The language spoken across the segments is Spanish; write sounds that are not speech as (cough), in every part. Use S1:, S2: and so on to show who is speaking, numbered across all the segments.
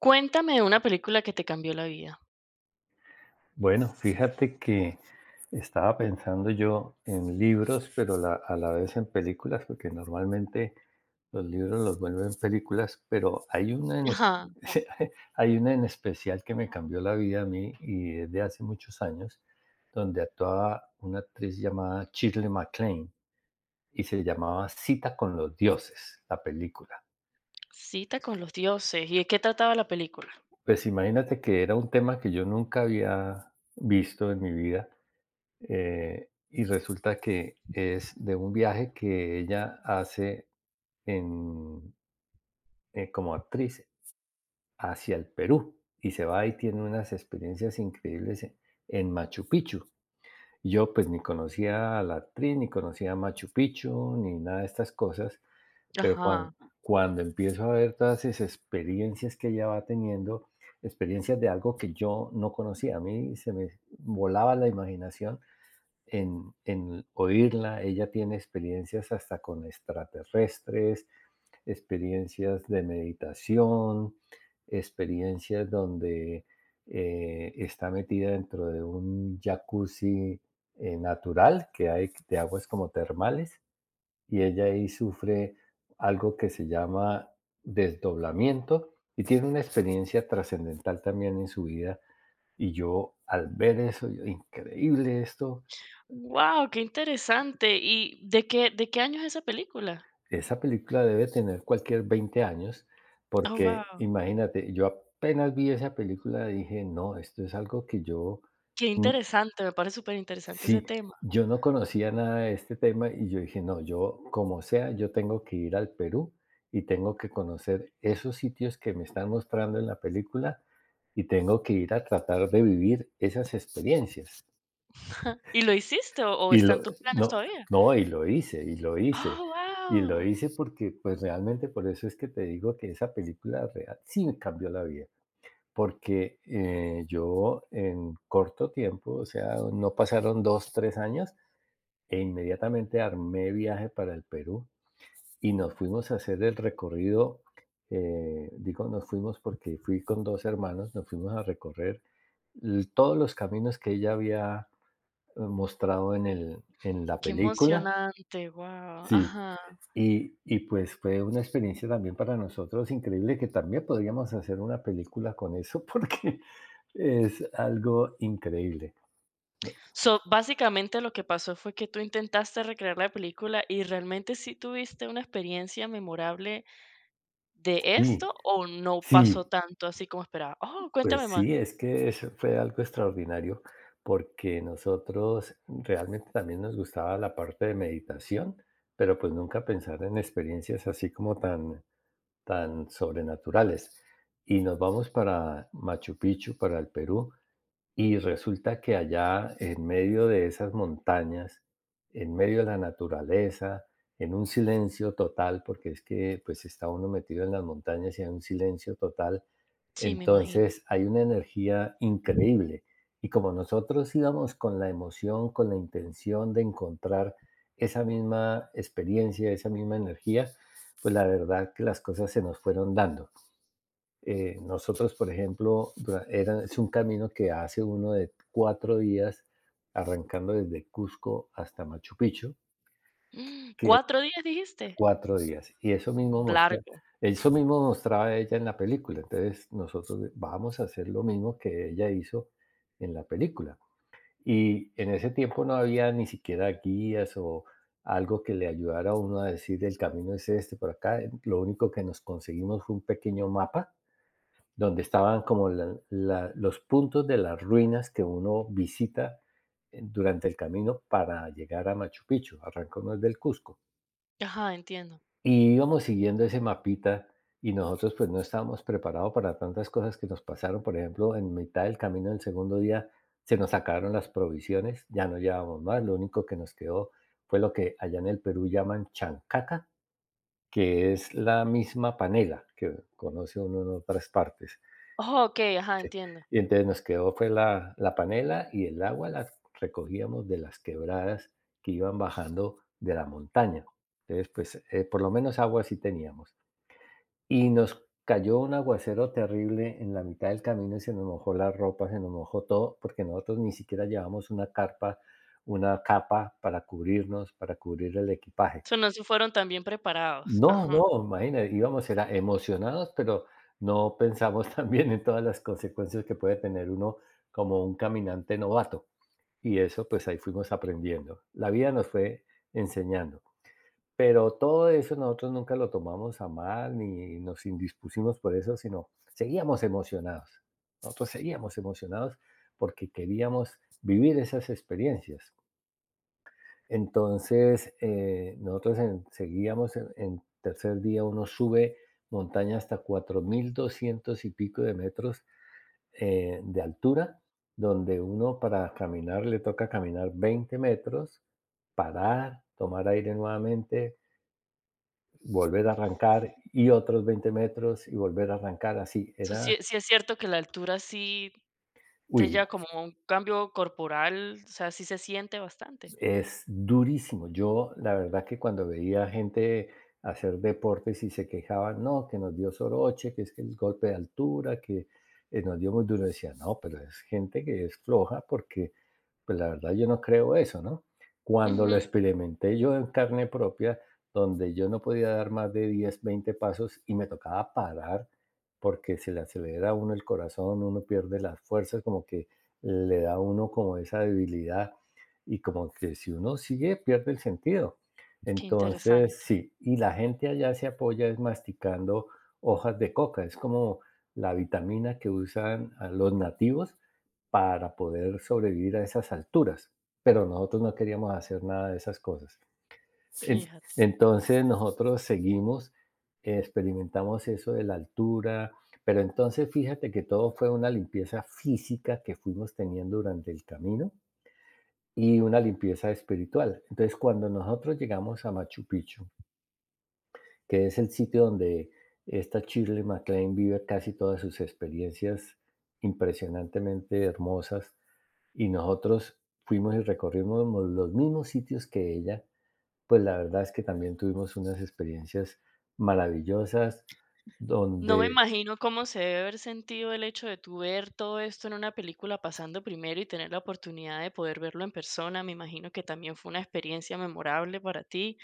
S1: Cuéntame de una película que te cambió la vida.
S2: Bueno, fíjate que estaba pensando yo en libros, pero a la vez en películas, porque normalmente los libros los vuelven películas, pero hay una en, es-
S1: Ajá.
S2: (laughs) hay una en especial que me cambió la vida a mí y es de hace muchos años, donde actuaba una actriz llamada Shirley MacLaine y se llamaba Cita con los Dioses, la película.
S1: Cita con los dioses. ¿Y de qué trataba la película?
S2: Pues imagínate que era un tema que yo nunca había visto en mi vida. Y resulta que es de un viaje que ella hace en, como actriz hacia el Perú y se va y tiene unas experiencias increíbles en Machu Picchu. Y yo pues ni conocía a la actriz, ni conocía a Machu Picchu, ni nada de estas cosas, pero cuando,
S1: Ajá.
S2: cuando empiezo a ver todas esas experiencias que ella va teniendo, experiencias de algo que yo no conocía, a mí se me volaba la imaginación en oírla. Ella tiene experiencias hasta con extraterrestres, experiencias de meditación, experiencias donde está metida dentro de un jacuzzi natural que hay de aguas como termales y ella ahí sufre algo que se llama desdoblamiento y tiene una experiencia trascendental también en su vida. Y yo al ver eso, yo, increíble esto.
S1: Wow, qué interesante. ¿Y de qué año es esa película?
S2: Esa película debe tener cualquier 20 años,
S1: Oh,
S2: porque
S1: wow,
S2: imagínate, yo apenas vi esa película, dije: "No, esto es algo que yo".
S1: qué
S2: mm,
S1: interesante, me parece súper interesante ese
S2: sí,
S1: tema.
S2: yo no conocía nada de este tema, y yo dije: "No, yo como sea, yo tengo que ir al Perú y tengo que conocer esos sitios que me están mostrando en la película, y tengo que ir a tratar de vivir esas experiencias".
S1: ¿Y lo hiciste o
S2: Y
S1: está
S2: lo
S1: tus planes
S2: No,
S1: todavía?
S2: no, y lo hice, y lo hice,
S1: Oh,
S2: y lo
S1: wow,
S2: hice porque, pues, realmente por eso es que te digo que esa película real sí me cambió la vida, porque, yo en corto tiempo, o sea, no pasaron 2 3 años, e inmediatamente armé viaje para el Perú y nos fuimos a hacer el recorrido. Digo, nos fuimos porque fui con 2 hermanos, nos fuimos a recorrer l todos los caminos que ella había mostrado en el en la
S1: qué
S2: película.
S1: emocionante. Wow,
S2: Sí,
S1: ajá.
S2: pues, fue una experiencia también para nosotros increíble, que también podríamos hacer una película con eso, porque (laughs) es algo increíble. ¿No?
S1: So, básicamente lo que pasó fue que tú intentaste recrear la película y realmente sí tuviste una experiencia memorable. ¿De
S2: Sí,
S1: esto o no pasó
S2: sí,
S1: tanto así como esperaba? Oh, cuéntame
S2: pues
S1: más.
S2: sí, es que eso fue algo extraordinario, porque nosotros realmente también nos gustaba la parte de meditación, pero, pues, nunca pensar en experiencias así como tan tan sobrenaturales. Y nos vamos para Machu Picchu, para el Perú. Y resulta que allá, en medio de esas montañas, en medio de la naturaleza, en un silencio total, porque es que pues está uno metido en las montañas y hay un silencio total,
S1: Sí, me imagino.
S2: entonces hay una energía increíble. Y como nosotros íbamos con la emoción, con la intención de encontrar esa misma experiencia, esa misma energía, pues la verdad que las cosas se nos fueron dando. Nosotros, por ejemplo, es un camino que hace uno de 4 días, arrancando desde Cusco hasta Machu Picchu,
S1: Mm,
S2: que
S1: ¿cuatro días dijiste?
S2: 4 días. Y eso mismo
S1: Largo.
S2: eso mismo mostraba ella en la película. Entonces nosotros vamos a hacer lo mismo que ella hizo en la película. Y en ese tiempo no había ni siquiera guías o algo que le ayudara a uno a decir el camino es este por acá. Lo único que nos conseguimos fue un pequeño mapa donde estaban como los puntos de las ruinas que uno visita durante el camino para llegar a Machu Picchu. Arrancamos del Cusco.
S1: Ajá, entiendo.
S2: Y íbamos siguiendo ese mapita y nosotros pues no estábamos preparados para tantas cosas que nos pasaron. Por ejemplo, en mitad del camino del segundo día se nos sacaron las provisiones, ya no llevábamos más, lo único que nos quedó fue lo que allá en el Perú llaman chancaca, que es la misma panela que conoce uno en otras partes.
S1: Oh, okey, ajá, entiendo.
S2: Y entonces nos quedó fue la panela y el agua la recogíamos de las quebradas que iban bajando de la montaña. Entonces, pues, por lo menos agua sí teníamos. Y nos cayó un aguacero terrible en la mitad del camino y se nos mojó la ropa, se nos mojó todo, porque nosotros ni siquiera llevamos una carpa, una capa para cubrirnos, para cubrir el equipaje.
S1: O no se fueron tan bien preparados.
S2: No,
S1: Ajá.
S2: no, imagínate, íbamos era emocionados, pero no pensamos (laughs) también en todas las consecuencias que puede tener uno como un caminante novato. Y eso, pues ahí fuimos aprendiendo. La vida nos fue enseñando. Pero todo eso nosotros nunca lo tomamos a mal ni nos indispusimos por eso, sino seguíamos emocionados. Nosotros seguíamos emocionados porque queríamos vivir esas experiencias. Entonces, nosotros seguíamos en tercer día, uno sube montaña hasta 4200 y pico de metros de altura, donde uno para caminar le toca caminar 20 metros, parar, tomar aire nuevamente, volver a arrancar y otros 20 metros y volver a arrancar así.
S1: So, sí
S2: Era,
S1: sí es cierto que la altura sí te
S2: uy,
S1: lleva como a un cambio corporal, o sea, sí se siente bastante.
S2: es durísimo. Yo, la verdad que cuando veía gente hacer deportes y se quejaban, no, que nos dio soroche, que es que el golpe de altura, que nos dio muy duro, decía, no, pero es gente que es floja porque, pues la verdad yo no creo eso, ¿no? Cuando
S1: Ujú,
S2: lo experimenté yo en carne propia, donde yo no podía dar más de 10 20 pasos y me tocaba parar porque se le acelera a uno el corazón, uno pierde las fuerzas, como que le da a uno como esa debilidad y como que si uno sigue pierde el sentido.
S1: qué
S2: Entonces,
S1: interesante,
S2: sí, y la gente allá se apoya es masticando hojas de coca, es como la vitamina que usan a los nativos para poder sobrevivir a esas alturas, pero nosotros no queríamos hacer nada de esas cosas. En-
S1: fíjate.
S2: entonces nosotros seguimos, experimentamos eso de la altura, pero entonces fíjate que todo fue una limpieza física que fuimos teniendo durante el camino y una limpieza espiritual. Entonces, cuando nosotros llegamos a Machu Picchu, que es el sitio donde esta Shirley MacLaine vive casi todas sus experiencias impresionantemente hermosas, y nosotros fuimos y recorrimos los mismos sitios que ella, pues la verdad es que también tuvimos unas experiencias maravillosas
S1: No me
S2: donde...
S1: imagino cómo se debe haber sentido el hecho de tú ver todo esto en una película pasando primero y tener la oportunidad de poder verlo en persona. Me imagino que también fue una experiencia memorable para ti.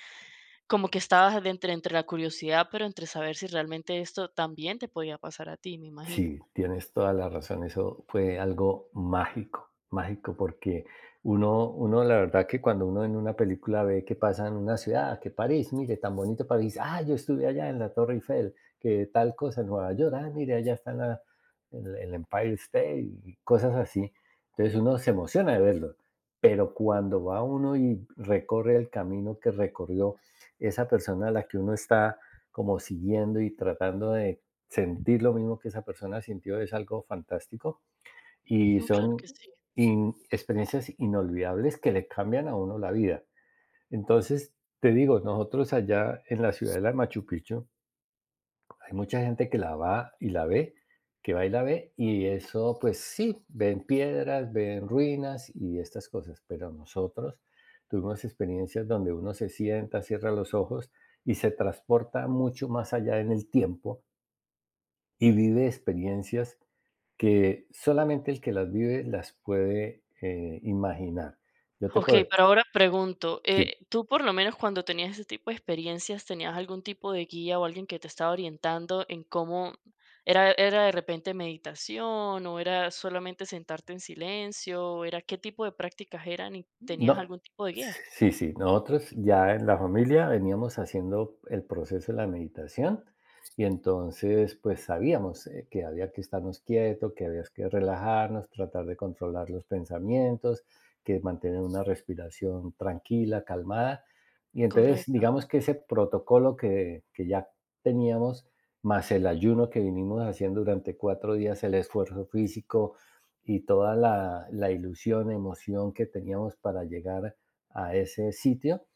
S1: Como que estabas de entre la curiosidad, pero entre saber si realmente esto también te podía pasar a ti, me imagino.
S2: Sí, tienes toda la razón. Eso fue algo mágico, mágico, porque uno, uno, la verdad que cuando uno en una película ve que pasa en una ciudad, que París, mire, tan bonito París, ah, yo estuve allá en la Torre Eiffel, que tal cosa en Nueva York, ah, mire, allá está el Empire State, y cosas así. Entonces uno se emociona de verlo, pero cuando va uno y recorre el camino que recorrió esa persona a la que uno está como siguiendo y tratando de sentir lo mismo que esa persona sintió es algo fantástico y
S1: No, claro
S2: son
S1: que sí.
S2: experiencias inolvidables que le cambian a uno la vida. Entonces, te digo, nosotros allá en la ciudadela de Machu Picchu, hay mucha gente que la va y la ve, que va y la ve, y eso, pues sí, ven piedras, ven ruinas y estas cosas, pero nosotros tuvimos experiencias donde uno se sienta, cierra los ojos y se transporta mucho más allá en el tiempo y vive experiencias que solamente el que las vive las puede, imaginar. Yo te
S1: Okey,
S2: puedo...
S1: pero ahora pregunto,
S2: Sí.
S1: tú por lo menos cuando tenías ese tipo de experiencias, ¿tenías algún tipo de guía o alguien que te estaba orientando en cómo era de repente meditación, o era solamente sentarte en silencio, o era qué tipo de prácticas eran, y tenías
S2: No.
S1: algún tipo de guía?
S2: Sí, sí, nosotros ya en la familia veníamos haciendo el proceso de la meditación y entonces pues sabíamos que había que estarnos quietos, que había que relajarnos, tratar de controlar los pensamientos, que mantener una respiración tranquila, calmada. Y entonces
S1: Correcto.
S2: digamos que ese protocolo que ya teníamos, más el ayuno que vinimos haciendo durante 4 días, el esfuerzo físico, y toda la, la ilusión, emoción que teníamos para llegar a ese sitio,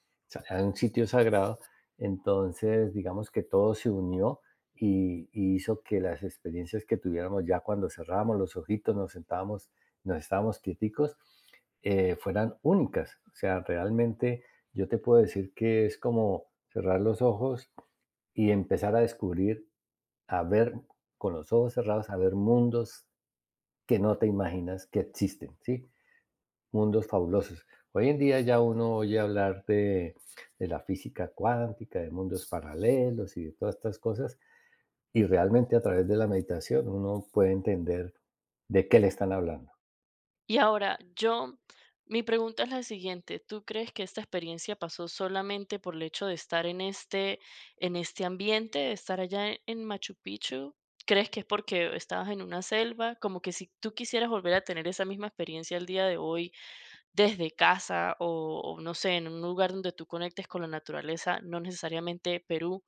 S2: a un sitio sagrado. Entonces, digamos que todo se unió y, hizo que las experiencias que tuviéramos ya cuando cerrábamos los ojitos, nos sentábamos, nos estábamos quieticos, fueran únicas. O sea, realmente yo te puedo decir que es como cerrar los ojos y empezar a descubrir, a ver con los ojos cerrados, a ver mundos que no te imaginas que existen, ¿sí? Mundos fabulosos. Hoy en día ya uno oye hablar de la física cuántica, de mundos paralelos y de todas estas cosas, y realmente a través de la meditación uno puede entender de qué le están hablando.
S1: Y ahora, yo, mi pregunta es la siguiente: ¿tú crees que esta experiencia pasó solamente por el hecho de estar en en este ambiente, de estar allá en Machu Picchu? ¿Crees que es porque estabas en una selva? Como que si tú quisieras volver a tener esa misma experiencia el día de hoy desde casa o no sé, en un lugar donde tú conectes con la naturaleza, no necesariamente Perú.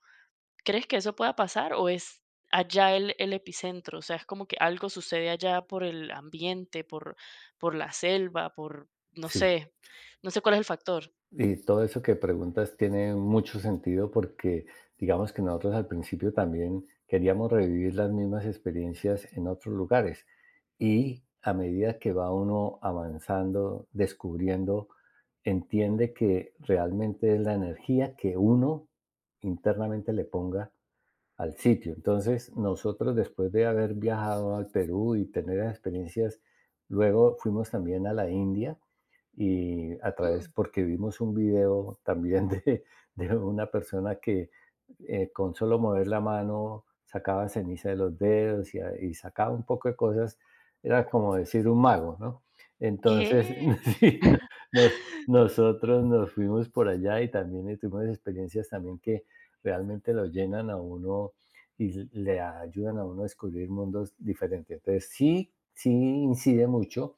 S1: ¿Crees que eso pueda pasar o es allá el epicentro? O sea, es como que algo sucede allá por el ambiente, por la selva, por, no
S2: Sí,
S1: sé, no sé cuál es el factor.
S2: y todo eso que preguntas tiene mucho sentido porque digamos que nosotros al principio también queríamos revivir las mismas experiencias en otros lugares y a medida que va uno avanzando, descubriendo, entiende que realmente es la energía que uno internamente le ponga al sitio. Entonces, nosotros después de haber viajado al Perú y tener esas experiencias, luego fuimos también a la India y a través,
S1: Mm.
S2: porque vimos un video también de una persona que con solo mover la mano sacaba ceniza de los dedos y sacaba un poco de cosas, era como decir un mago, ¿no? Entonces,
S1: ¿Qué?
S2: (laughs) sí, nosotros nos fuimos por allá y también tuvimos experiencias también que realmente lo llenan a uno y le ayudan a uno a descubrir mundos diferentes. Entonces, sí, sí incide mucho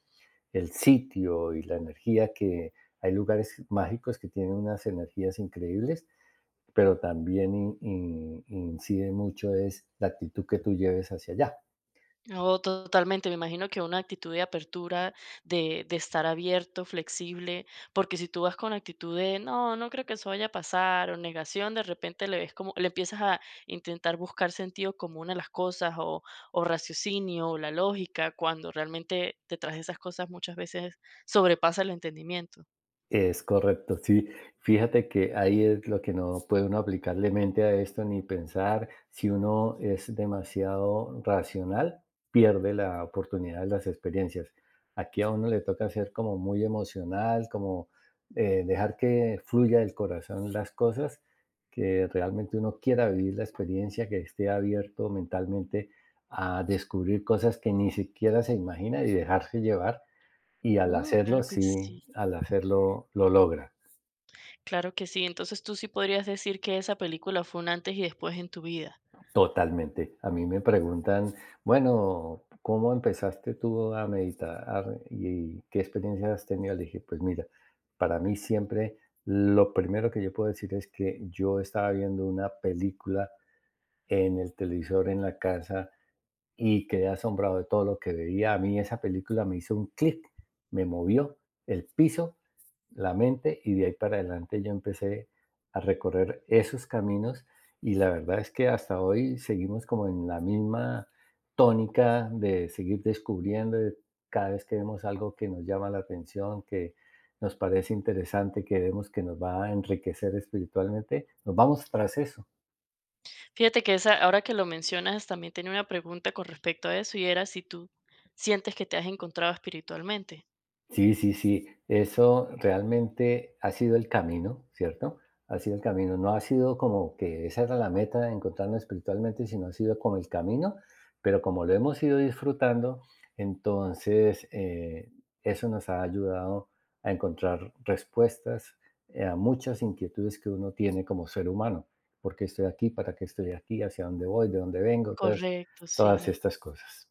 S2: el sitio y la energía que hay lugares mágicos que tienen unas energías increíbles, pero también incide mucho es la actitud que tú lleves hacia allá.
S1: Oh, totalmente. Me imagino que una actitud de apertura, de estar abierto, flexible, porque si tú vas con actitud de no, no creo que eso vaya a pasar, o negación, de repente le ves como, le empiezas a intentar buscar sentido común a las cosas, o raciocinio, o la lógica, cuando realmente detrás de esas cosas muchas veces sobrepasa el entendimiento.
S2: Es correcto, sí. Fíjate que ahí es lo que no puede uno aplicarle mente a esto ni pensar. Si uno es demasiado racional, pierde la oportunidad de las experiencias. Aquí a uno le toca ser como muy emocional, como dejar que fluya del corazón las cosas, que realmente uno quiera vivir la experiencia, que esté abierto mentalmente a descubrir cosas que ni siquiera se imagina y dejarse llevar y al
S1: Mm, claro
S2: hacerlo,
S1: que
S2: sí,
S1: sí,
S2: al hacerlo lo logra
S1: claro que sí. Entonces tú sí podrías decir que esa película fue un antes y después en tu vida.
S2: totalmente. A mí me preguntan, bueno, ¿cómo empezaste tú a meditar y qué experiencias has tenido? Le dije, pues mira, para mí siempre lo primero que yo puedo decir es que yo estaba viendo una película en el televisor en la casa y quedé asombrado de todo lo que veía. A mí esa película me hizo un clic, me movió el piso, la mente, y de ahí para adelante yo empecé a recorrer esos caminos y la verdad es que hasta hoy seguimos como en la misma tónica de seguir descubriendo, de cada vez que vemos algo que nos llama la atención, que nos parece interesante, que vemos que nos va a enriquecer espiritualmente, nos vamos tras eso.
S1: Fíjate que esa, ahora que lo mencionas, también tenía una pregunta con respecto a eso y era si tú sientes que te has encontrado espiritualmente.
S2: Sí, sí, sí, eso realmente ha sido el camino, ¿cierto? Ha sido el camino, no ha sido como que esa era la meta, encontrarnos espiritualmente, sino ha sido como el camino, pero como lo hemos ido disfrutando, entonces, eso nos ha ayudado a encontrar respuestas, a muchas inquietudes que uno tiene como ser humano. ¿Por qué estoy aquí? ¿Para qué estoy aquí? ¿Hacia dónde voy? ¿De dónde vengo? Entonces,
S1: Correcto,
S2: todas
S1: sí.
S2: estas cosas.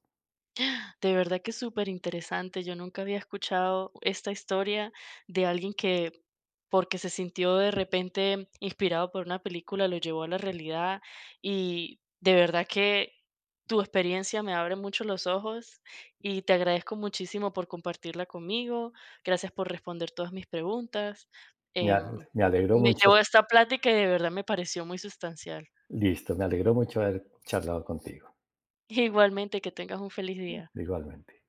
S1: De verdad que es súper interesante. Yo nunca había escuchado esta historia de alguien que, porque se sintió de repente inspirado por una película, lo llevó a la realidad, y de verdad que tu experiencia me abre mucho los ojos y te agradezco muchísimo por compartirla conmigo. Gracias por responder todas mis preguntas.
S2: Me a
S1: Em,
S2: Me alegró
S1: Me llevo a
S2: mucho.
S1: esta plática y de verdad me pareció muy sustancial.
S2: Listo, me alegró mucho haber charlado contigo,
S1: (laughs) Igualmente, que tengas un feliz día.
S2: igualmente.